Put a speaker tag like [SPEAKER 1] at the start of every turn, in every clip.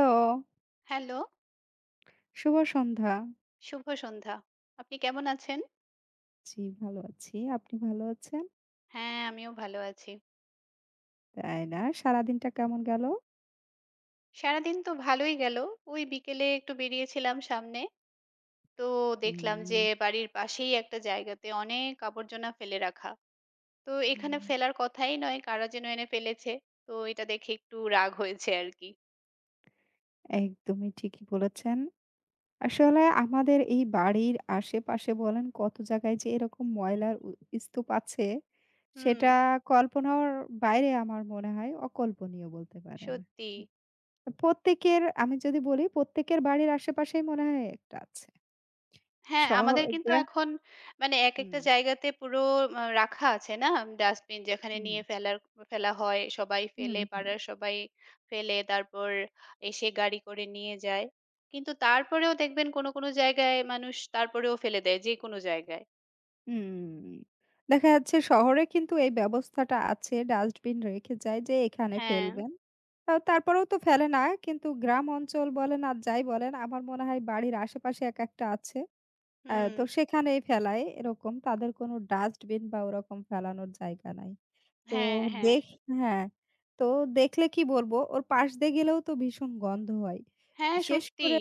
[SPEAKER 1] Hello,
[SPEAKER 2] hello,
[SPEAKER 1] শুভ সন্ধ্যা।
[SPEAKER 2] শুভ সন্ধ্যা। আপনি কেমন আছেন?
[SPEAKER 1] জি, ভালো আছি। আপনি ভালো আছেন?
[SPEAKER 2] হ্যাঁ, আমিও ভালো আছি।
[SPEAKER 1] তাই না? সারাদিনটা কেমন গেল?
[SPEAKER 2] সারাদিন তো ভালোই গেল। ওই বিকেলে একটু বেরিয়েছিলাম সামনে। তো দেখলাম
[SPEAKER 1] হুম।
[SPEAKER 2] যে বাড়ির পাশেই একটা জায়গাতে অনেক আবর্জনা ফেলে রাখা। তো এখানে
[SPEAKER 1] হুম,
[SPEAKER 2] ফেলার কথাই নয়, কারা যেন এনে ফেলেছে। তো এটা দেখে একটু রাগ হয়েছে আরকি।
[SPEAKER 1] একদমই ঠিকই বলেছেন। আসলে আমাদের এই বাড়ির আশেপাশে বলেন কত জায়গায় যে এরকম ময়লার স্তূপ আছে,
[SPEAKER 2] হুম,
[SPEAKER 1] সেটা কল্পনার বাইরে আমার মনে হয় অকল্পনীয় বলতে পারেন।
[SPEAKER 2] সত্যি।
[SPEAKER 1] প্রত্যেকের আমি যদি বলি প্রত্যেকের বাড়ির আশেপাশেই মনে হয় একটা আছে।
[SPEAKER 2] হ্যাঁ,
[SPEAKER 1] শহর
[SPEAKER 2] আমাদের কিন্তু
[SPEAKER 1] গ্রা
[SPEAKER 2] এখন মানে একেকটা
[SPEAKER 1] হুম,
[SPEAKER 2] জায়গাতে পুরো রাখা আছে না? ডাস্টবিন যেখানে
[SPEAKER 1] হুম,
[SPEAKER 2] নিয়ে ফেলা হয়। সবাই
[SPEAKER 1] হুম,
[SPEAKER 2] ফেলে,
[SPEAKER 1] হুম।
[SPEAKER 2] পাড়ার সবাই ফেলে তারপর এসে গাড়ি করে নিয়ে যায়। কিন্তু তারপরেও দেখবেন কোনো, কোনো জায়গায় মানুষ তারপরেও ফেলে দেয় যেকোনো জায়গায়।
[SPEAKER 1] হুম। দেখা যাচ্ছে শহরে কিন্তু এই ব্যবস্থাটা আছে, ডাস্টবিন রেখে যায় যে এখানে
[SPEAKER 2] হ্যাঁ,
[SPEAKER 1] ফেলবেন। তারপরেও তো ফেলে না। কিন্তু গ্রাম অঞ্চল বলেন আর যাই বলেন, আমার মনে হয় বাড়ির আশেপাশে একেকটা আছে।
[SPEAKER 2] হুম,
[SPEAKER 1] তো সেখানেই ফেলায়, এরকম তাদের কোনো ডাস্টবিন বা ওরকম ফেলানোর জায়গা নাই। তো
[SPEAKER 2] হ্যাঁ, হ্যাঁ,
[SPEAKER 1] দেখ হ্যাঁ, তো দেখলে কি বলবো, ওর পাশ দিয়ে গেলেও তো ভীষণ গন্ধ হয়।
[SPEAKER 2] হ্যাঁ,
[SPEAKER 1] বিশেষ
[SPEAKER 2] সত্যি
[SPEAKER 1] করে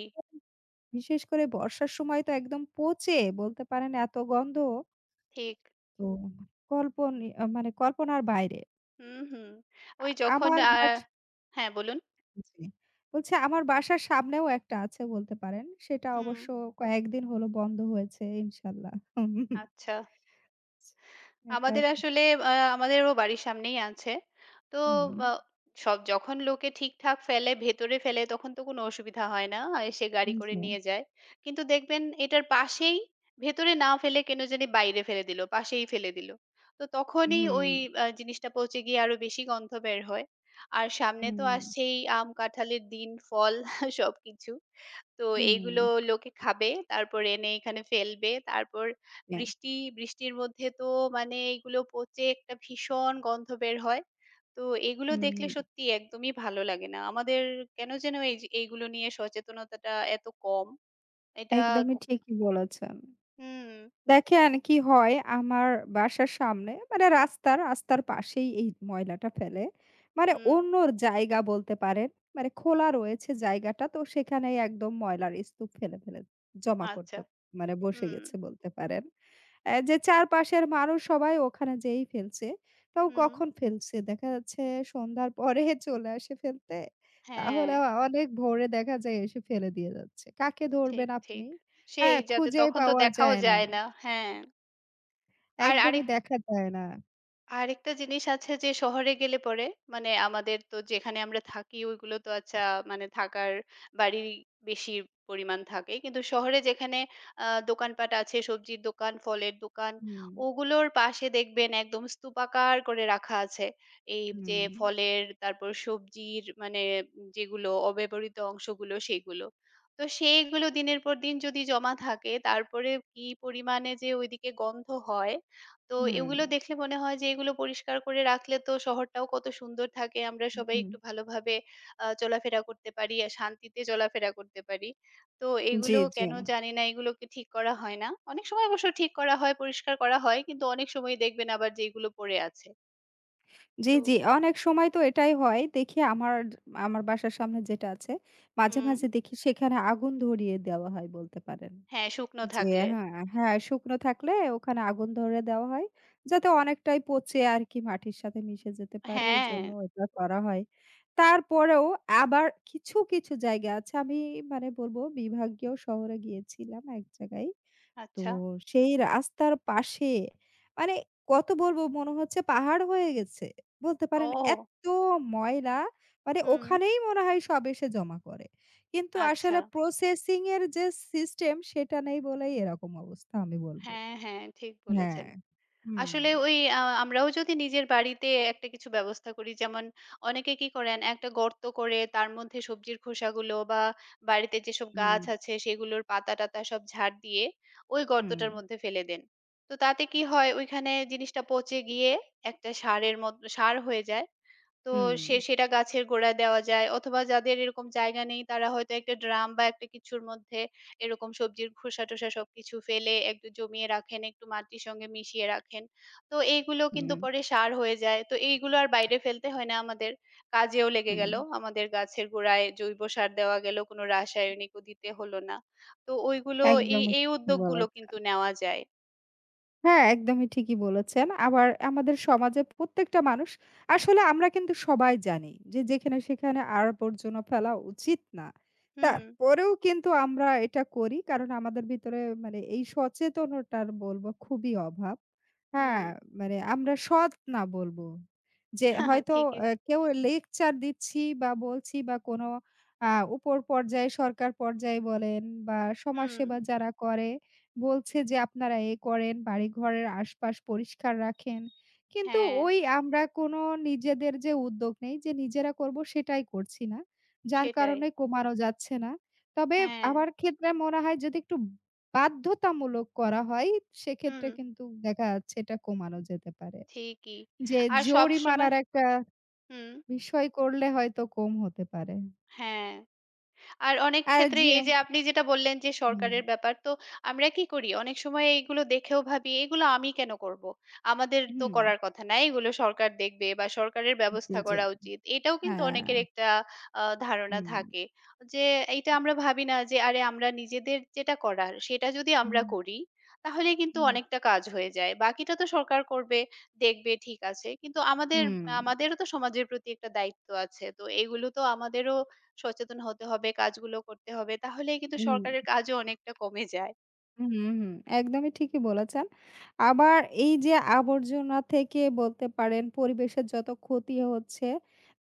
[SPEAKER 1] বিশেষ করে বর্ষার সময় তো একদম পচে বলতে পারেন এত গন্ধ।
[SPEAKER 2] ঠিক।
[SPEAKER 1] তো কল্পনি আ মানে কল্পনার বাইরে।
[SPEAKER 2] হুম, হুম। ওই যখন
[SPEAKER 1] আমার
[SPEAKER 2] আ
[SPEAKER 1] বাস
[SPEAKER 2] হ্যাঁ, বলুন।
[SPEAKER 1] জি। বলছি আমার বাসার সামনেও একটা আছে বলতে পারেন। সেটা
[SPEAKER 2] হুম,
[SPEAKER 1] অবশ্য কয়েকদিন হলো বন্ধ হয়েছে ইনশাল্লাহ।
[SPEAKER 2] আচ্ছা।
[SPEAKER 1] এটা
[SPEAKER 2] আমাদের
[SPEAKER 1] একটা
[SPEAKER 2] আসলে আমাদেরও বাড়ির সামনেই আছে। তো
[SPEAKER 1] হুম,
[SPEAKER 2] আ সব যখন লোকে ঠিকঠাক ফেলে, ভেতরে ফেলে তখন তো কোনো অসুবিধা হয় না। আর এসে গাড়ি করে
[SPEAKER 1] জি।
[SPEAKER 2] নিয়ে যায়। কিন্তু দেখবেন এটার পাশেই ভেতরে না ফেলে কেন জানি বাইরে ফেলে দিল, পাশেই ফেলে দিল। তো তখনই
[SPEAKER 1] হুম,
[SPEAKER 2] ওই আ জিনিসটা পচে গিয়ে আরো বেশি গন্ধ বের হয়। আর সামনে তো
[SPEAKER 1] হুম,
[SPEAKER 2] আসছেই আম, কাঁঠালের দিন, ফল সবকিছু। তো
[SPEAKER 1] হুম,
[SPEAKER 2] এইগুলো লোকে খাবে, তারপর এনে এখানে ফেলবে। তারপর
[SPEAKER 1] জি,
[SPEAKER 2] বৃষ্টি, বৃষ্টির মধ্যে তো মানে এগুলো পচে একটা ভীষণ গন্ধ বের হয়। তো এগুলো
[SPEAKER 1] হুম।
[SPEAKER 2] দেখলে সত্যি একদমই ভালো লাগে না। আমাদের কেন যেন এই যে এইগুলো নিয়ে সচেতনতাটা এত কম। এটা ক
[SPEAKER 1] একদমই ঠিকই বলেছেন।
[SPEAKER 2] হুম,
[SPEAKER 1] দেখেন কি হয়, আমার বাসার সামনে মানে রাস্তার পাশেই এই ময়লাটা ফেলে। মানে
[SPEAKER 2] হুম,
[SPEAKER 1] অন্যর জায়গা বলতে পারেন। মানে খোলা রয়েছে জায়গাটা, তো সেখানেই একদম ময়লার স্তূপ ফেলে, ফেলে জমা করতে
[SPEAKER 2] আচ্ছা।
[SPEAKER 1] মানে বসে
[SPEAKER 2] হুম,
[SPEAKER 1] গেছে বলতে পারেন। যে চারপাশের মানুষ সবাই ওখানে যেয়েই ফেলছে। তাও
[SPEAKER 2] হুম,
[SPEAKER 1] কখন ফেলছে? দেখা যাচ্ছে সন্ধ্যার পরে চলে আসে ফেলতে।
[SPEAKER 2] হ্যাঁ,
[SPEAKER 1] তাহলে অনেক ভোরে দেখা যায় এসে ফেলে দিয়ে যাচ্ছে। কাকে
[SPEAKER 2] ঠিক,
[SPEAKER 1] ধরবেন আপনি?
[SPEAKER 2] ঠিক। সেই
[SPEAKER 1] হ্যাঁ,
[SPEAKER 2] যাতে
[SPEAKER 1] খুঁজেই
[SPEAKER 2] তখন তো
[SPEAKER 1] পাওয়া
[SPEAKER 2] দেখাও
[SPEAKER 1] যায় না।
[SPEAKER 2] যায় না। হ্যাঁ। আর
[SPEAKER 1] একদমই
[SPEAKER 2] আরেক
[SPEAKER 1] দেখা যায় না।
[SPEAKER 2] আরেকটা জিনিস আছে যে শহরে গেলে পরে মানে আমাদের তো যেখানে আমরা থাকি ওইগুলো তো আচ্ছা মানে থাকার বাড়ির বেশি পরিমাণ থাকে কিন্তু শহরে যেখানে দোকানপাট আছে সবজির দোকান ফলের দোকান
[SPEAKER 1] হুম,
[SPEAKER 2] ওগুলোর পাশে দেখবেন একদম স্তূপাকার করে রাখা আছে এই যে
[SPEAKER 1] হুম,
[SPEAKER 2] ফলের তারপর সবজির মানে যেগুলো অব্যবহৃত অংশগুলো সেগুলো তো সেইগুলো দিনের পর দিন যদি জমা থাকে তারপরে কি পরিমাণে যে ওইদিকে গন্ধ হয় তো
[SPEAKER 1] হুম,
[SPEAKER 2] এগুলো দেখলে মনে হয় যে এগুলো পরিষ্কার করে রাখলে তো শহরটাও কত সুন্দর থাকে। আমরা সবাই
[SPEAKER 1] হুম।
[SPEAKER 2] একটু ভালোভাবে চলাফেরা করতে পারি, আর শান্তিতে চলাফেরা করতে পারি। তো
[SPEAKER 1] জি,
[SPEAKER 2] এগুলো
[SPEAKER 1] জি,
[SPEAKER 2] কেন জানি না এগুলোকে ঠিক করা হয় না। অনেক সময় অবশ্য ঠিক করা হয়, পরিষ্কার করা হয়। কিন্তু অনেক সময় দেখবেন আবার যে এগুলো পড়ে আছে।
[SPEAKER 1] জি,
[SPEAKER 2] তো
[SPEAKER 1] জি। অনেক সময় তো এটাই হয়। দেখি, আমার আমার বাসার সামনে যেটা আছে, মাঝে,
[SPEAKER 2] হুম,
[SPEAKER 1] মাঝে দেখি সেখানে আগুন ধরিয়ে দেওয়া হয় বলতে পারেন।
[SPEAKER 2] হ্যাঁ, শুকনো
[SPEAKER 1] যে
[SPEAKER 2] থাকলে।
[SPEAKER 1] হ্যাঁ, হ্যাঁ, শুকনো থাকলে ওখানে আগুন ধরিয়ে দেওয়া হয়। যাতে অনেকটাই পচে আর কি মাটির সাথে মিশে যেতে পারে,
[SPEAKER 2] হ্যাঁ,
[SPEAKER 1] এজন্য এটা করা হয়। তারপরেও আবার কিছু, কিছু জায়গা আছে, আমি মানে বলব বিভাগীয় শহরে গিয়েছিলাম এক জায়গায়। তো
[SPEAKER 2] আচ্ছা।
[SPEAKER 1] সেই রাস্তার পাশে মানে কত বলবো, মনে হচ্ছে পাহাড় হয়ে গেছে। বলতে পারেন
[SPEAKER 2] ও!
[SPEAKER 1] এত ময়লা মানে
[SPEAKER 2] হুম,
[SPEAKER 1] ওখানেই মনে হয় সব এসে জমা করে। কিন্তু
[SPEAKER 2] আচ্ছা।
[SPEAKER 1] আসলে প্রসেসিং এর যে সিস্টেম সেটা নেই বলেই এরকম অবস্থা আমি বলবো।
[SPEAKER 2] হ্যাঁ, হ্যাঁ, ঠিক
[SPEAKER 1] হ্যাঁ।
[SPEAKER 2] বলেছেন।
[SPEAKER 1] হুম।
[SPEAKER 2] আসলে ওই আ আমরাও যদি নিজের বাড়িতে একটা কিছু ব্যবস্থা করি যেমন অনেকে কি করেন একটা গর্ত করে তার মধ্যে সবজির খোসাগুলো বা বাড়িতে যেসব গাছ
[SPEAKER 1] হুম,
[SPEAKER 2] আছে সেগুলোর পাতা-টাতা সব ঝাড় দিয়ে ওই
[SPEAKER 1] হুম,
[SPEAKER 2] গর্তটার মধ্যে ফেলে দেন। তো তাতে কি হয় ওইখানে জিনিসটা পচে গিয়ে একটা সারের মত সার হয়ে যায়। তো
[SPEAKER 1] হুম,
[SPEAKER 2] সেটা গাছের গোড়ায় দেওয়া যায় অথবা যাদের এরকম জায়গা নেই তারা হয়তো একটা ড্রাম বা একটা কিছুর মধ্যে এরকম সবজির খোসা-টোসা সবকিছু ফেলে একটু জমিয়ে রাখেন, একটু মাটির সঙ্গে মিশিয়ে রাখেন। তো এইগুলো কিন্তু
[SPEAKER 1] হুম,
[SPEAKER 2] পরে সার হয়ে যায়। তো এইগুলো আর বাইরে ফেলতে হয় না আমাদের। কাজেও লেগে
[SPEAKER 1] হুম।
[SPEAKER 2] গেল। আমাদের গাছের গোড়ায় জৈব সার দেওয়া গেল। কোনো রাসায়নিকও দিতে হলো না। তো ওইগুলো এই,
[SPEAKER 1] একদমই
[SPEAKER 2] এই
[SPEAKER 1] ঠিক
[SPEAKER 2] উদ্যোগগুলো
[SPEAKER 1] বলেছ।
[SPEAKER 2] কিন্তু নেওয়া যায়।
[SPEAKER 1] হ্যাঁ, একদমই ঠিকই বলেছেন। আবার আমাদের সমাজে প্রত্যেকটা মানুষ, আসলে আমরা কিন্তু সবাই জানি যে যেখানে সেখানে আর আবর্জনা ফেলা উচিত না।
[SPEAKER 2] হুম,
[SPEAKER 1] তারপরেও কিন্তু আমরা এটা করি, কারণ আমাদের ভিতরে মানে এই সচেতনতার বলবো খুবই অভাব। হ্যাঁ,
[SPEAKER 2] হুম।
[SPEAKER 1] মানে আমরা সৎ না বলবো। যে হয়তো
[SPEAKER 2] ঠিকই।
[SPEAKER 1] কেউ লেকচার দিচ্ছি বা বলছি বা কোনো উপর পর্যায়ে, সরকার পর্যায়ে বলেন বা
[SPEAKER 2] হুম।
[SPEAKER 1] সমাজসেবা যারা করে বলছে যে আপনারা এ করেন, বাড়িঘরের আশপাশ পরিষ্কার রাখেন। কিন্তু
[SPEAKER 2] হ্যাঁ,
[SPEAKER 1] ওই আমরা কোনো নিজেদের যে উদ্যোগ নেই, যে নিজেরা করব সেটাই করছি না। যার
[SPEAKER 2] সেটাই।
[SPEAKER 1] কারণে কমানো যাচ্ছে না। তবে
[SPEAKER 2] হ্যাঁ।
[SPEAKER 1] আমার ক্ষেত্রে মনে হয় যদি একটু বাধ্যতামূলক করা হয়, সেক্ষেত্রে
[SPEAKER 2] হুম,
[SPEAKER 1] কিন্তু দেখা যাচ্ছে এটা কমানো যেতে পারে।
[SPEAKER 2] ঠিকই।
[SPEAKER 1] যে
[SPEAKER 2] আর
[SPEAKER 1] জরিমানার
[SPEAKER 2] সবসময়
[SPEAKER 1] একটা
[SPEAKER 2] হুম,
[SPEAKER 1] বিষয় করলে হয়তো কম হতে পারে।
[SPEAKER 2] হ্যাঁ। আর অনেক
[SPEAKER 1] আর
[SPEAKER 2] ক্ষেত্রে
[SPEAKER 1] যে
[SPEAKER 2] এই যে আপনি যেটা বললেন যে
[SPEAKER 1] হুম,
[SPEAKER 2] সরকারের ব্যাপার, তো আমরা কি করি? অনেক সময় এইগুলো দেখেও ভাবি, "এগুলো আমি কেন করব? আমাদের তো
[SPEAKER 1] হুম,
[SPEAKER 2] করার কথা না। এগুলো সরকার দেখবে বা সরকারের
[SPEAKER 1] জি,
[SPEAKER 2] ব্যবস্থা
[SPEAKER 1] জি।
[SPEAKER 2] করা উচিত।" এটাও কিন্তু
[SPEAKER 1] হ্যাঁ,
[SPEAKER 2] অনেকের একটা ধারণা
[SPEAKER 1] হুম,
[SPEAKER 2] থাকে। যে এইটা আমরা ভাবি না যে আরে আমরা নিজেদের যেটা করার সেটা যদি আমরা
[SPEAKER 1] হুম,
[SPEAKER 2] করি, তাহলে কিন্তু
[SPEAKER 1] হুম,
[SPEAKER 2] অনেকটা কাজ হয়ে যায়। বাকিটা তো সরকার করবে, দেখবে ঠিক আছে। কিন্তু
[SPEAKER 1] হুম।
[SPEAKER 2] আমাদেরও তো সমাজের প্রতি একটা দায়িত্ব আছে। তো এগুলো তো আমাদেরও সচেতন হতে হবে, কাজগুলো করতে হবে। তাহলেই কিন্তু
[SPEAKER 1] হুম,
[SPEAKER 2] সরকারের কাজও অনেকটা কমে যায়।
[SPEAKER 1] হুম, হুম, একদমই ঠিকই বলেছেন। আবার এই যে আবর্জনা থেকে বলতে পারেন পরিবেশের যত ক্ষতি হচ্ছে,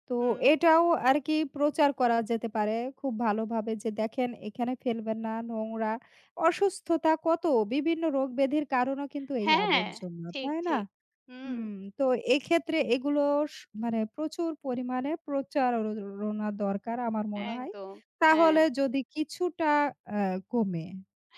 [SPEAKER 1] তো
[SPEAKER 2] হুম।
[SPEAKER 1] এটাও আরকি প্রচার করা যেতে পারে খুব ভালোভাবে যে দেখেন এখানে ফেলবেন না, নোংরা, অসুস্থতা, কত বিভিন্ন রোগ ব্যাধির কারণও কিন্তু এই
[SPEAKER 2] হ্যাঁ,
[SPEAKER 1] আবর্জনা,
[SPEAKER 2] ঠিক,
[SPEAKER 1] তাই না?
[SPEAKER 2] ঠিক। হুম,
[SPEAKER 1] হুম, তো এক্ষেত্রে এগুলো স মানে প্রচুর পরিমাণে প্রচারণা দরকার আমার মনে হয়।
[SPEAKER 2] একদম। হ্যাঁ।
[SPEAKER 1] তাহলে যদি কিছুটা আ কমে।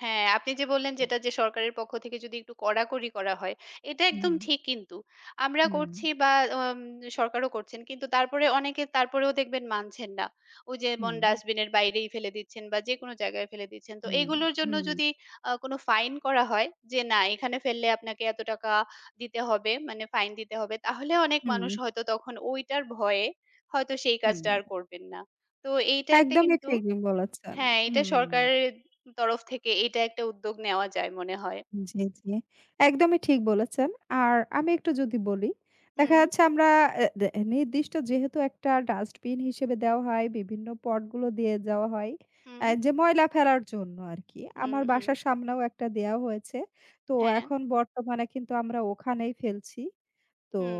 [SPEAKER 2] হ্যাঁ, আপনি যে বললেন যেটা যে সরকারের পক্ষ থেকে যদি একটু কড়াকড়ি করা হয়, এটা একদম
[SPEAKER 1] হুম।
[SPEAKER 2] ঠিক কিন্তু। আমরা
[SPEAKER 1] হুম,
[SPEAKER 2] করছি বা অম সরকারও করছেন। কিন্তু তারপরে অনেকে তারপরেও দেখবেন মানছেন না। ওই যেমন
[SPEAKER 1] হুম,
[SPEAKER 2] ডাস্টবিনের বাইরেই ফেলে দিচ্ছেন বা যেকোনো জায়গায় ফেলে দিচ্ছেন। তো
[SPEAKER 1] হুম,
[SPEAKER 2] এগুলোর জন্য
[SPEAKER 1] হুম,
[SPEAKER 2] যদি কোনো ফাইন করা হয় যে না এখানে ফেললে আপনাকে এত টাকা দিতে হবে, মানে ফাইন দিতে হবে। তাহলে অনেক
[SPEAKER 1] হুম,
[SPEAKER 2] মানুষ হয়তো তখন ওইটার ভয়ে হয়তো সেই
[SPEAKER 1] হুম।
[SPEAKER 2] কাজটা আর করবেন না। তো এইটা একটা
[SPEAKER 1] একদমই
[SPEAKER 2] কিন্তু
[SPEAKER 1] ঠিক বলেছেন।
[SPEAKER 2] হ্যাঁ, এটা
[SPEAKER 1] হুম,
[SPEAKER 2] সরকারের তরফ থেকে এটা একটা উদ্যোগ নেওয়া যায় মনে হয়।
[SPEAKER 1] জি, জি। একদমই ঠিক বলেছেন। আর আমি একটু যদি বলি, দেখা
[SPEAKER 2] হুম,
[SPEAKER 1] যাচ্ছে আমরা এ দে নির্দিষ্ট যেহেতু একটা ডাস্টবিন হিসেবে দেওয়া হয়, বিভিন্ন পটগুলো দিয়ে যাওয়া হয়।
[SPEAKER 2] হুম,
[SPEAKER 1] যে ময়লা ফেলার জন্য আরকি।
[SPEAKER 2] হুম,
[SPEAKER 1] আমার
[SPEAKER 2] হুম।
[SPEAKER 1] বাসার সামনেও একটা দেয়া হয়েছে। তো
[SPEAKER 2] হ্যাঁ,
[SPEAKER 1] এখন বর্তমানে কিন্তু আমরা ওখানেই ফেলছি। তো
[SPEAKER 2] হুম।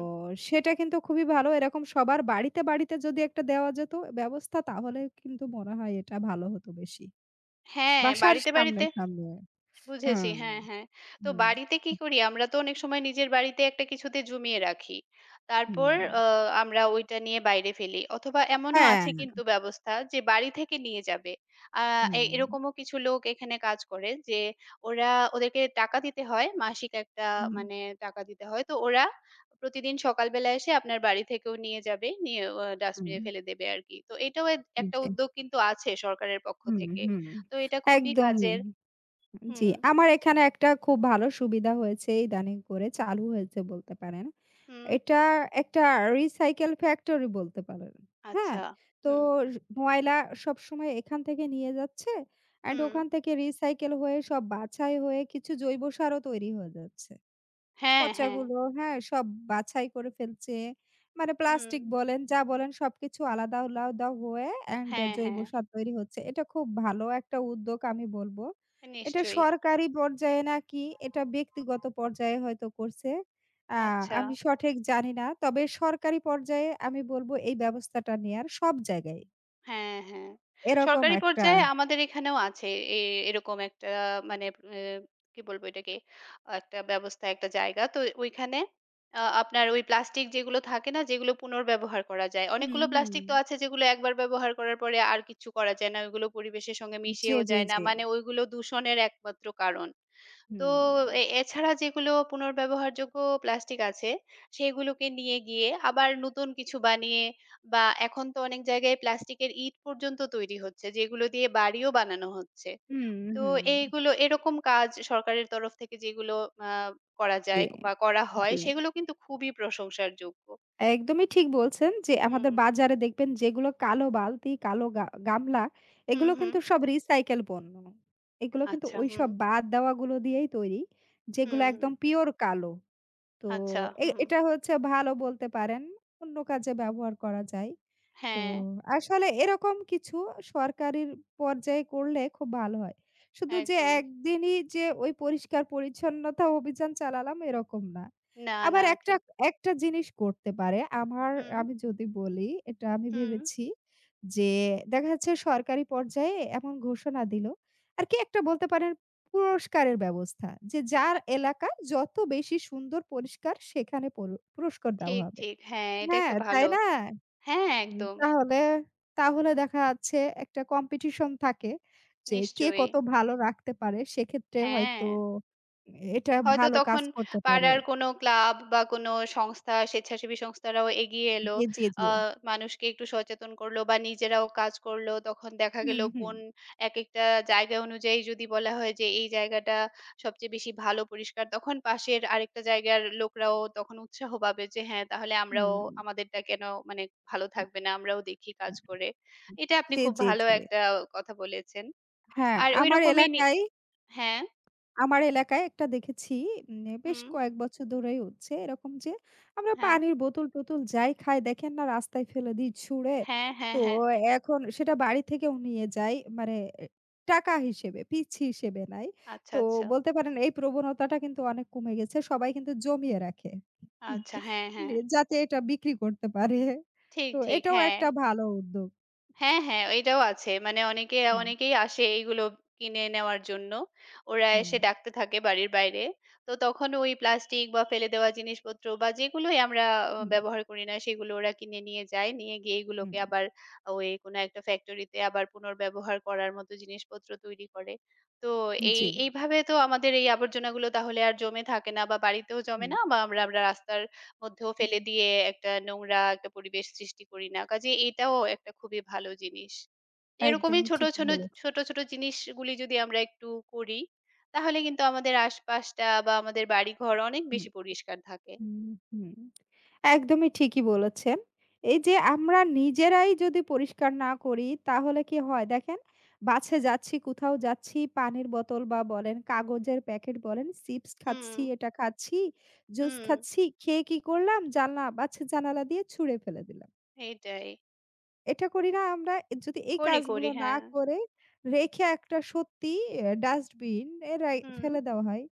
[SPEAKER 1] সেটা কিন্তু খুবই ভালো। এরকম সবার বাড়িতে, বাড়িতে যদি একটা দেওয়া যেত ব্যবস্থা, তাহলে কিন্তু মনে হয় এটা ভালো হতো বেশি।
[SPEAKER 2] হ্যাঁ,
[SPEAKER 1] বাসার
[SPEAKER 2] বাড়িতে,
[SPEAKER 1] সামনে,
[SPEAKER 2] বাড়িতে
[SPEAKER 1] সামনে।
[SPEAKER 2] বুঝেছি।
[SPEAKER 1] হুম,
[SPEAKER 2] হ্যাঁ, হ্যাঁ। তো
[SPEAKER 1] হুম,
[SPEAKER 2] বাড়িতে কি করি? আমরা তো অনেক সময় নিজের বাড়িতে একটা কিছুতে জমিয়ে রাখি। তারপর
[SPEAKER 1] হুম।
[SPEAKER 2] আ আমরা ওইটা নিয়ে বাইরে ফেলি। অথবা এমনও
[SPEAKER 1] হ্যাঁ,
[SPEAKER 2] আছে কিন্তু ব্যবস্থা যে বাড়ি থেকে নিয়ে যাবে। আ এ
[SPEAKER 1] হুম,
[SPEAKER 2] এরকমও কিছু লোক এখানে কাজ করে যে ওরা ওদেরকে টাকা দিতে হয়। মাসিক একটা
[SPEAKER 1] হুম,
[SPEAKER 2] মানে টাকা দিতে হয়। তো ওরা প্রতিদিন সকালবেলা এসে আপনার বাড়ি থেকেও নিয়ে যাবে। নিয়ে আ ডাস্টবিনে ফেলে দেবে আরকি। তো এটাও
[SPEAKER 1] হুম,
[SPEAKER 2] একটা
[SPEAKER 1] জি,
[SPEAKER 2] উদ্যোগ কিন্তু আছে সরকারের পক্ষ
[SPEAKER 1] হুম,
[SPEAKER 2] থেকে।
[SPEAKER 1] হুম।
[SPEAKER 2] তো এটা খুবই
[SPEAKER 1] একদমই।
[SPEAKER 2] কাজের।
[SPEAKER 1] জি,
[SPEAKER 2] হুম।
[SPEAKER 1] আমার এখানে একটা খুব ভালো সুবিধা হয়েছে, ইদানিং করে চালু হয়েছে বলতে পারেন।
[SPEAKER 2] হুম,
[SPEAKER 1] এটা একটা রিসাইকেল ফ্যাক্টরি বলতে পারেন। হ্যাঁ?
[SPEAKER 2] আচ্ছা।
[SPEAKER 1] তো
[SPEAKER 2] হুম,
[SPEAKER 1] র ময়লা সবসময় এখান থেকে নিয়ে যাচ্ছে অ্যান্ড
[SPEAKER 2] হুম।
[SPEAKER 1] ওখান থেকে রিসাইকেল হয়ে সব বাছাই হয়ে কিছু জৈব সারও তৈরি হয়ে যাচ্ছে।
[SPEAKER 2] হ্যাঁ, হ্যাঁ।
[SPEAKER 1] পচাগুলো, হ্যাঁ? সব বাছাই করে ফেলছে। মানে
[SPEAKER 2] হুম।
[SPEAKER 1] প্লাস্টিক বলেন, যা বলেন, সবকিছু আলাদা আলাদা হয়ে অ্যান্ড
[SPEAKER 2] হ্যাঁ,
[SPEAKER 1] জৈব
[SPEAKER 2] হ্যাঁ।
[SPEAKER 1] সার তৈরি হচ্ছে। এটা খুব ভালো একটা উদ্যোগ আমি বলব। এটা
[SPEAKER 2] নিশ্চয়ই।
[SPEAKER 1] সরকারি পর্যায়ে নাকি এটা ব্যক্তিগত পর্যায়ে হয়তো করছে। আ
[SPEAKER 2] আচ্ছা।
[SPEAKER 1] আমি সঠিক জানি না। তবে সরকারি পর্যায়ে আমি বলব এই ব্যবস্থাটা নেয়ার সব জায়গায়।
[SPEAKER 2] হ্যাঁ, হ্যাঁ।
[SPEAKER 1] এরকম
[SPEAKER 2] সরকারি
[SPEAKER 1] একটা
[SPEAKER 2] পর্যায়ে আমাদের এখানেও আছে এ এরকম একটা মানে এ কি বলবো এটাকে? একটা ব্যবস্থা, একটা জায়গা। তো ওইখানে আপনার ওই প্লাস্টিক যেগুলো থাকে না? যেগুলো পুনর্ব্যবহার করা যায়।
[SPEAKER 1] হুম,
[SPEAKER 2] অনেকগুলো
[SPEAKER 1] হুম।
[SPEAKER 2] প্লাস্টিক তো আছে যেগুলো একবার ব্যবহার করার পরে আর কিচ্ছু করা যায় না। ওইগুলো পরিবেশের সঙ্গে
[SPEAKER 1] জি,
[SPEAKER 2] মিশেও
[SPEAKER 1] জি,
[SPEAKER 2] যায় না।
[SPEAKER 1] জি।
[SPEAKER 2] মানে ওইগুলো দূষণের একমাত্র কারণ। তো
[SPEAKER 1] হুম।
[SPEAKER 2] এছাড়া যেগুলো পুনর্ব্যবহারযোগ্য প্লাস্টিক আছে, সেগুলোকে নিয়ে গিয়ে আবার নতুন কিছু বানিয়ে বা এখন তো অনেক জায়গায় প্লাস্টিকের ইট পর্যন্ত তৈরি হচ্ছে, যেগুলো দিয়ে বাড়িও বানানো হচ্ছে।
[SPEAKER 1] হুম,
[SPEAKER 2] তো
[SPEAKER 1] হুম।
[SPEAKER 2] এইগুলো এরকম কাজ সরকারের তরফ থেকে যেগুলো আ করা
[SPEAKER 1] জি,
[SPEAKER 2] যায় বা করা হয়,
[SPEAKER 1] জি।
[SPEAKER 2] সেগুলো কিন্তু খুবই প্রশংসার যোগ্য।
[SPEAKER 1] একদমই ঠিক বলছেন। যে আমাদের
[SPEAKER 2] হুম,
[SPEAKER 1] বাজারে দেখবেন যেগুলো কালো বালতি, কালো গামলা,
[SPEAKER 2] হুম,
[SPEAKER 1] এগুলো
[SPEAKER 2] হুম।
[SPEAKER 1] কিন্তু সব রিসাইকেল পণ্য। এগুলো কিন্তু
[SPEAKER 2] আচ্ছা, হুম,
[SPEAKER 1] ওইসব বাদ দেওয়াগুলো দিয়েই তৈরি, যেগুলো
[SPEAKER 2] হুম, হুম।
[SPEAKER 1] একদম পিওর কালো। তো
[SPEAKER 2] আচ্ছা, হুম।
[SPEAKER 1] এটা হচ্ছে ভালো বলতে পারেন। অন্য কাজে ব্যবহার করা যায়। তো
[SPEAKER 2] হ্যাঁ,
[SPEAKER 1] আসলে এরকম কিছু সরকারির পর্যায়ে করলে খুব ভালো হয়। শুধু যে
[SPEAKER 2] একদম।
[SPEAKER 1] একদিনই যে ওই পরিষ্কার পরিচ্ছন্নতা অভিযান চালালাম এরকম না।
[SPEAKER 2] না,
[SPEAKER 1] আবার
[SPEAKER 2] না,
[SPEAKER 1] একটা,
[SPEAKER 2] ঠিক।
[SPEAKER 1] একটা জিনিস করতে পারে,
[SPEAKER 2] হুম,
[SPEAKER 1] আমি যদি বলি, এটা আমি
[SPEAKER 2] হুম।
[SPEAKER 1] ভেবেছি যে দেখা যাচ্ছে সরকারি পর্যায়ে এমন ঘোষণা দিল। আর কি একটা বলতে পারেন পুরস্কারের ব্যবস্থা, যে যার এলাকা যত বেশি সুন্দর পরিষ্কার সেখানে পুরস্কার দেওয়া
[SPEAKER 2] ঠিক,
[SPEAKER 1] হবে।
[SPEAKER 2] ঠিক। হ্যাঁ, এটা
[SPEAKER 1] হ্যাঁ,
[SPEAKER 2] একটা
[SPEAKER 1] তাই
[SPEAKER 2] ভালো
[SPEAKER 1] না?
[SPEAKER 2] হ্যাঁ, একদম।
[SPEAKER 1] তাহলে তাহলে দেখা যাচ্ছে একটা কম্পিটিশন থাকে যে কে
[SPEAKER 2] নিশ্চয়ই।
[SPEAKER 1] কত ভালো রাখতে পারে। সেক্ষেত্রে
[SPEAKER 2] হ্যাঁ।
[SPEAKER 1] হয়তো এটা
[SPEAKER 2] হয়তো
[SPEAKER 1] ভালো কাজ
[SPEAKER 2] তখন
[SPEAKER 1] করতে পারে।
[SPEAKER 2] পাড়ার কোনো ক্লাব বা কোনো সংস্থা, স্বেচ্ছাসেবী সংস্থারাও এগিয়ে এলো।
[SPEAKER 1] জি, জি,
[SPEAKER 2] আ
[SPEAKER 1] জি।
[SPEAKER 2] মানুষকে একটু সচেতন করলো বা নিজেরাও কাজ করলো। তখন দেখা গেল
[SPEAKER 1] হুম, হুম,
[SPEAKER 2] কোন একেকটা জায়গা অনুযায়ী যদি বলা হয় যে, এই জায়গাটা সবচেয়ে বেশি ভালো পরিষ্কার, তখন পাশের আরেকটা জায়গার লোকরাও তখন উৎসাহ পাবে যে, হ্যাঁ, তাহলে আমরাও
[SPEAKER 1] হুম।
[SPEAKER 2] আমাদেরটা কেন মানে ভালো
[SPEAKER 1] হুম,
[SPEAKER 2] থাকবে না? আমরাও দেখি কাজ
[SPEAKER 1] হুম,
[SPEAKER 2] করে।
[SPEAKER 1] হুম।
[SPEAKER 2] এটা আপনি
[SPEAKER 1] জি,
[SPEAKER 2] খুব
[SPEAKER 1] জি,
[SPEAKER 2] ভালো
[SPEAKER 1] জি।
[SPEAKER 2] একটা কথা বলেছেন।
[SPEAKER 1] হ্যাঁ,
[SPEAKER 2] আর
[SPEAKER 1] আমার
[SPEAKER 2] ওইরকমই নি
[SPEAKER 1] এলাকায়
[SPEAKER 2] হ্যাঁ,
[SPEAKER 1] আমার এলাকায় একটা দেখেছি, বেশ
[SPEAKER 2] হুম,
[SPEAKER 1] কয়েক বছর ধরেই হচ্ছে এরকম যে আমরা
[SPEAKER 2] হ্যাঁ,
[SPEAKER 1] পানির বোতল-টোতল যাই খাই দেখেন না রাস্তায় ফেলে দিই ছুঁড়ে।
[SPEAKER 2] হ্যাঁ,
[SPEAKER 1] তো
[SPEAKER 2] হ্যাঁ, হ্যাঁ।
[SPEAKER 1] এখন সেটা বাড়ি থেকেও নিয়ে যাই মানে এ টাকা হিসেবে, পিচ্ছি হিসেবে নেয়।
[SPEAKER 2] আচ্ছা,
[SPEAKER 1] তো
[SPEAKER 2] আচ্ছা।
[SPEAKER 1] বলতে পারেন এই প্রবণতাটা কিন্তু অনেক কমে গেছে। সবাই কিন্তু জমিয়ে রাখে। হুম,
[SPEAKER 2] আচ্ছা, হ্যাঁ, হ্যাঁ।
[SPEAKER 1] নে যাতে এটা বিক্রি করতে পারে।
[SPEAKER 2] ঠিক,
[SPEAKER 1] তো
[SPEAKER 2] ঠিক।
[SPEAKER 1] এটাও
[SPEAKER 2] হ্যাঁ।
[SPEAKER 1] একটা ভালো উদ্যোগ।
[SPEAKER 2] হ্যাঁ, হ্যাঁ, এটাও আছে। মানে অনেকে
[SPEAKER 1] হুম,
[SPEAKER 2] অনেকেই আসে এইগুলো কিনে নেওয়ার জন্য। ওরা
[SPEAKER 1] হুম,
[SPEAKER 2] এসে ডাকতে থাকে বাড়ির বাইরে। তো তখন ওই প্লাস্টিক বা ফেলে দেওয়া জিনিসপত্র বা যেগুলোই আমরা
[SPEAKER 1] হুম,
[SPEAKER 2] ব্যবহার করি না সেগুলো ওরা কিনে নিয়ে যায়। নিয়ে গিয়ে
[SPEAKER 1] হুম।
[SPEAKER 2] এগুলোকে আবার ওই কোনো একটা ফ্যাক্টরিতে আবার পুনর্ব্যবহার করার মতো জিনিসপত্র তৈরি করে। তো
[SPEAKER 1] জি,
[SPEAKER 2] এইভাবে তো আমাদের এই আবর্জনাগুলো তাহলে আর জমে থাকে না বা বাড়িতেও জমে
[SPEAKER 1] হুম,
[SPEAKER 2] না বা আমরা আমরা রাস্তার মধ্যেও
[SPEAKER 1] হুম।
[SPEAKER 2] ফেলে দিয়ে একটা নোংরা একটা পরিবেশ সৃষ্টি করি না। কাজেই এটাও একটা খুবই ভালো জিনিস। এরকমই
[SPEAKER 1] একদমই
[SPEAKER 2] ছোট,
[SPEAKER 1] ঠিকই
[SPEAKER 2] ছোট,
[SPEAKER 1] বলেছেন।
[SPEAKER 2] ছোট, ছোট জিনিসগুলি যদি আমরা একটু করি, তাহলে কিন্তু আমাদের আশপাশটা বা আমাদের বাড়িঘর অনেক
[SPEAKER 1] হুম।
[SPEAKER 2] বেশি পরিষ্কার থাকে।
[SPEAKER 1] হুম, হুম। একদমই ঠিকই বলেছেন। এই যে আমরা নিজেরাই যদি পরিষ্কার না করি তাহলে কি হয় দেখেন, বাসে যাচ্ছি, কোথাও যাচ্ছি পানির বোতল বা বলেন কাগজের প্যাকেট বলেন, চিপস
[SPEAKER 2] হুম,
[SPEAKER 1] খাচ্ছি, এটা খাচ্ছি, জুস
[SPEAKER 2] হুম,
[SPEAKER 1] খাচ্ছি, খেয়ে কি করলাম, বাসের জানালা দিয়ে ছুঁড়ে ফেলে দিলাম।
[SPEAKER 2] এইটাই।
[SPEAKER 1] এটা করি না আমরা, যদি এই
[SPEAKER 2] করি,
[SPEAKER 1] কাজগুলো
[SPEAKER 2] করি।
[SPEAKER 1] না
[SPEAKER 2] হ্যাঁ।
[SPEAKER 1] করে রেখে একটা সত্যি ডাস্টবিন এ রাই
[SPEAKER 2] হুম,
[SPEAKER 1] ফেলে দেওয়া হয়।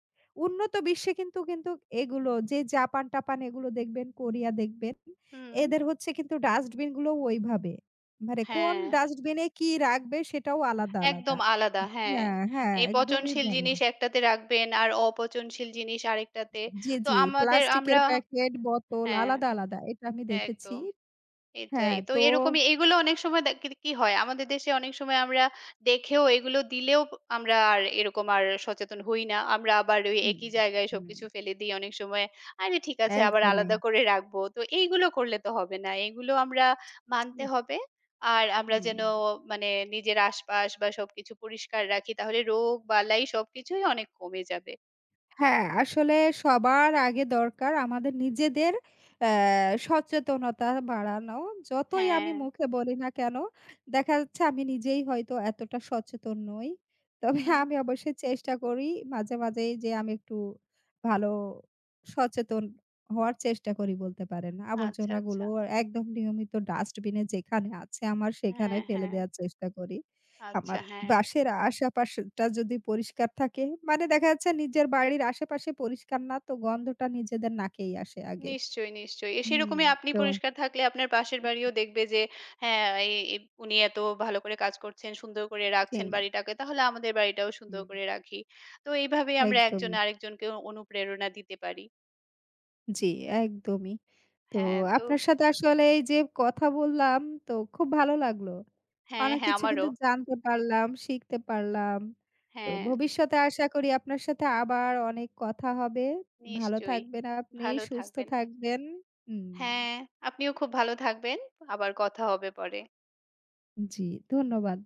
[SPEAKER 1] উন্নত বিশ্বে কিন্তু এগুলো, যে জাপান-টাপান এগুলো দেখবেন, কোরিয়া দেখবেন,
[SPEAKER 2] হুম।
[SPEAKER 1] এদের হচ্ছে কিন্তু ডাস্টবিনগুলো ওইভাবে। মানে কোন
[SPEAKER 2] হ্যাঁ,
[SPEAKER 1] ডাস্টবিনে কি রাখবে সেটাও আলাদা, আলাদা।
[SPEAKER 2] একদম আলাদা। হ্যাঁ।
[SPEAKER 1] হ্যাঁ, হ্যাঁ,
[SPEAKER 2] এই
[SPEAKER 1] একদমই
[SPEAKER 2] পচনশীল
[SPEAKER 1] ভালো।
[SPEAKER 2] জিনিস একটাতে রাখবেন আর অপচনশীল জিনিস আরেকটাতে।
[SPEAKER 1] জি,
[SPEAKER 2] তো
[SPEAKER 1] জি।
[SPEAKER 2] আমাদের
[SPEAKER 1] প্লাস্টিকের
[SPEAKER 2] আমরা
[SPEAKER 1] প্যাকেট, বোতল
[SPEAKER 2] হ্যাঁ,
[SPEAKER 1] আলাদা, আলাদা। এটা আমি দেখেছি।
[SPEAKER 2] একদম। এটাই।
[SPEAKER 1] হ্যাঁ,
[SPEAKER 2] তো
[SPEAKER 1] তো
[SPEAKER 2] এরকমই এগুলো অনেক সময় কি কি হয় আমাদের দেশে অনেক সময় আমরা দেখেও এগুলো দিলেও আমরা আর এরকম আর সচেতন হই না। আমরা আবার ওই
[SPEAKER 1] হুম,
[SPEAKER 2] একই জায়গায়
[SPEAKER 1] হুম।
[SPEAKER 2] সবকিছু ফেলে দিই অনেক সময়। আরে ঠিক আছে আবার
[SPEAKER 1] একদমই।
[SPEAKER 2] আলাদা করে রাখবো। তো এইগুলো করলে তো হবে না। এগুলো আমরা
[SPEAKER 1] জি,
[SPEAKER 2] মানতে হবে। আর আমরা
[SPEAKER 1] হুম।
[SPEAKER 2] যেন মানে নিজের আশপাশ বা সবকিছু পরিষ্কার রাখি তাহলে রোগ বালাই সবকিছুই অনেক কমে যাবে।
[SPEAKER 1] হ্যাঁ, আসলে সবার আগে দরকার আমাদের নিজেদের অ্যা সচেতনতা বাড়ানো। যতই
[SPEAKER 2] হ্যাঁ,
[SPEAKER 1] আমি মুখে বলি না কেন, দেখা যাচ্ছে আমি নিজেই হয়তো এতটা সচেতন নই। তবে
[SPEAKER 2] হুম।
[SPEAKER 1] আমি অবশ্যই চেষ্টা করি মাঝে, মাঝেই, যে আমি একটু ভালো সচেতন হওয়ার চেষ্টা করি বলতে পারেন।
[SPEAKER 2] আচ্ছা, আচ্ছা।
[SPEAKER 1] আবর্জনাগুলো একদম নিয়মিত ডাস্টবিনে যেখানে আছে আমার, সেখানে
[SPEAKER 2] হ্যাঁ,
[SPEAKER 1] ফেলে
[SPEAKER 2] হ্যাঁ।
[SPEAKER 1] দেওয়ার চেষ্টা করি। আমার
[SPEAKER 2] আচ্ছা, হ্যাঁ।
[SPEAKER 1] বাসের আশেপাশটা যদি পরিষ্কার থাকে, মানে দেখা যাচ্ছে নিজের বাড়ির আশেপাশে পরিষ্কার না তো গন্ধটা নিজেদের নাকেই আসে আগে।
[SPEAKER 2] নিশ্চয়ই, নিশ্চয়ই।
[SPEAKER 1] হুম।
[SPEAKER 2] সেরকমই আপনি
[SPEAKER 1] তো
[SPEAKER 2] পরিষ্কার থাকলে আপনার পাশের বাড়িও দেখবে যে হ্যাঁ, এ এ উনি এত ভালো করে কাজ করছেন, সুন্দর করে রাখছেন
[SPEAKER 1] জি,
[SPEAKER 2] বাড়িটাকে। তাহলে আমাদের বাড়িটাও সুন্দর
[SPEAKER 1] হুম,
[SPEAKER 2] করে রাখি। তো এইভাবেই আমরা
[SPEAKER 1] একদম।
[SPEAKER 2] একজন আরেকজনকে অনুপ্রেরণা দিতে পারি।
[SPEAKER 1] জি, একদমই। তো
[SPEAKER 2] হ্যাঁ, তো
[SPEAKER 1] আপনার সাথে আসলে এই যে কথা বললাম তো খুব ভালো লাগলো।
[SPEAKER 2] হ্যাঁ,
[SPEAKER 1] অনেক
[SPEAKER 2] হ্যাঁ,
[SPEAKER 1] কিছু
[SPEAKER 2] আমারও।
[SPEAKER 1] কিন্তু জানতে পারলাম, শিখতে পারলাম। তো
[SPEAKER 2] হ্যাঁ,
[SPEAKER 1] ভবিষ্যতে আশা করি আপনার সাথে আবার অনেক কথা হবে। ভালো
[SPEAKER 2] নিশ্চয়ই।
[SPEAKER 1] থাকবেন আপনি,
[SPEAKER 2] ভালো
[SPEAKER 1] সুস্থ
[SPEAKER 2] থাকবেন।
[SPEAKER 1] থাকবেন। হুম,
[SPEAKER 2] হ্যাঁ, আপনিও খুব ভালো থাকবেন। আবার কথা হবে পরে।
[SPEAKER 1] জি, ধন্যবাদ।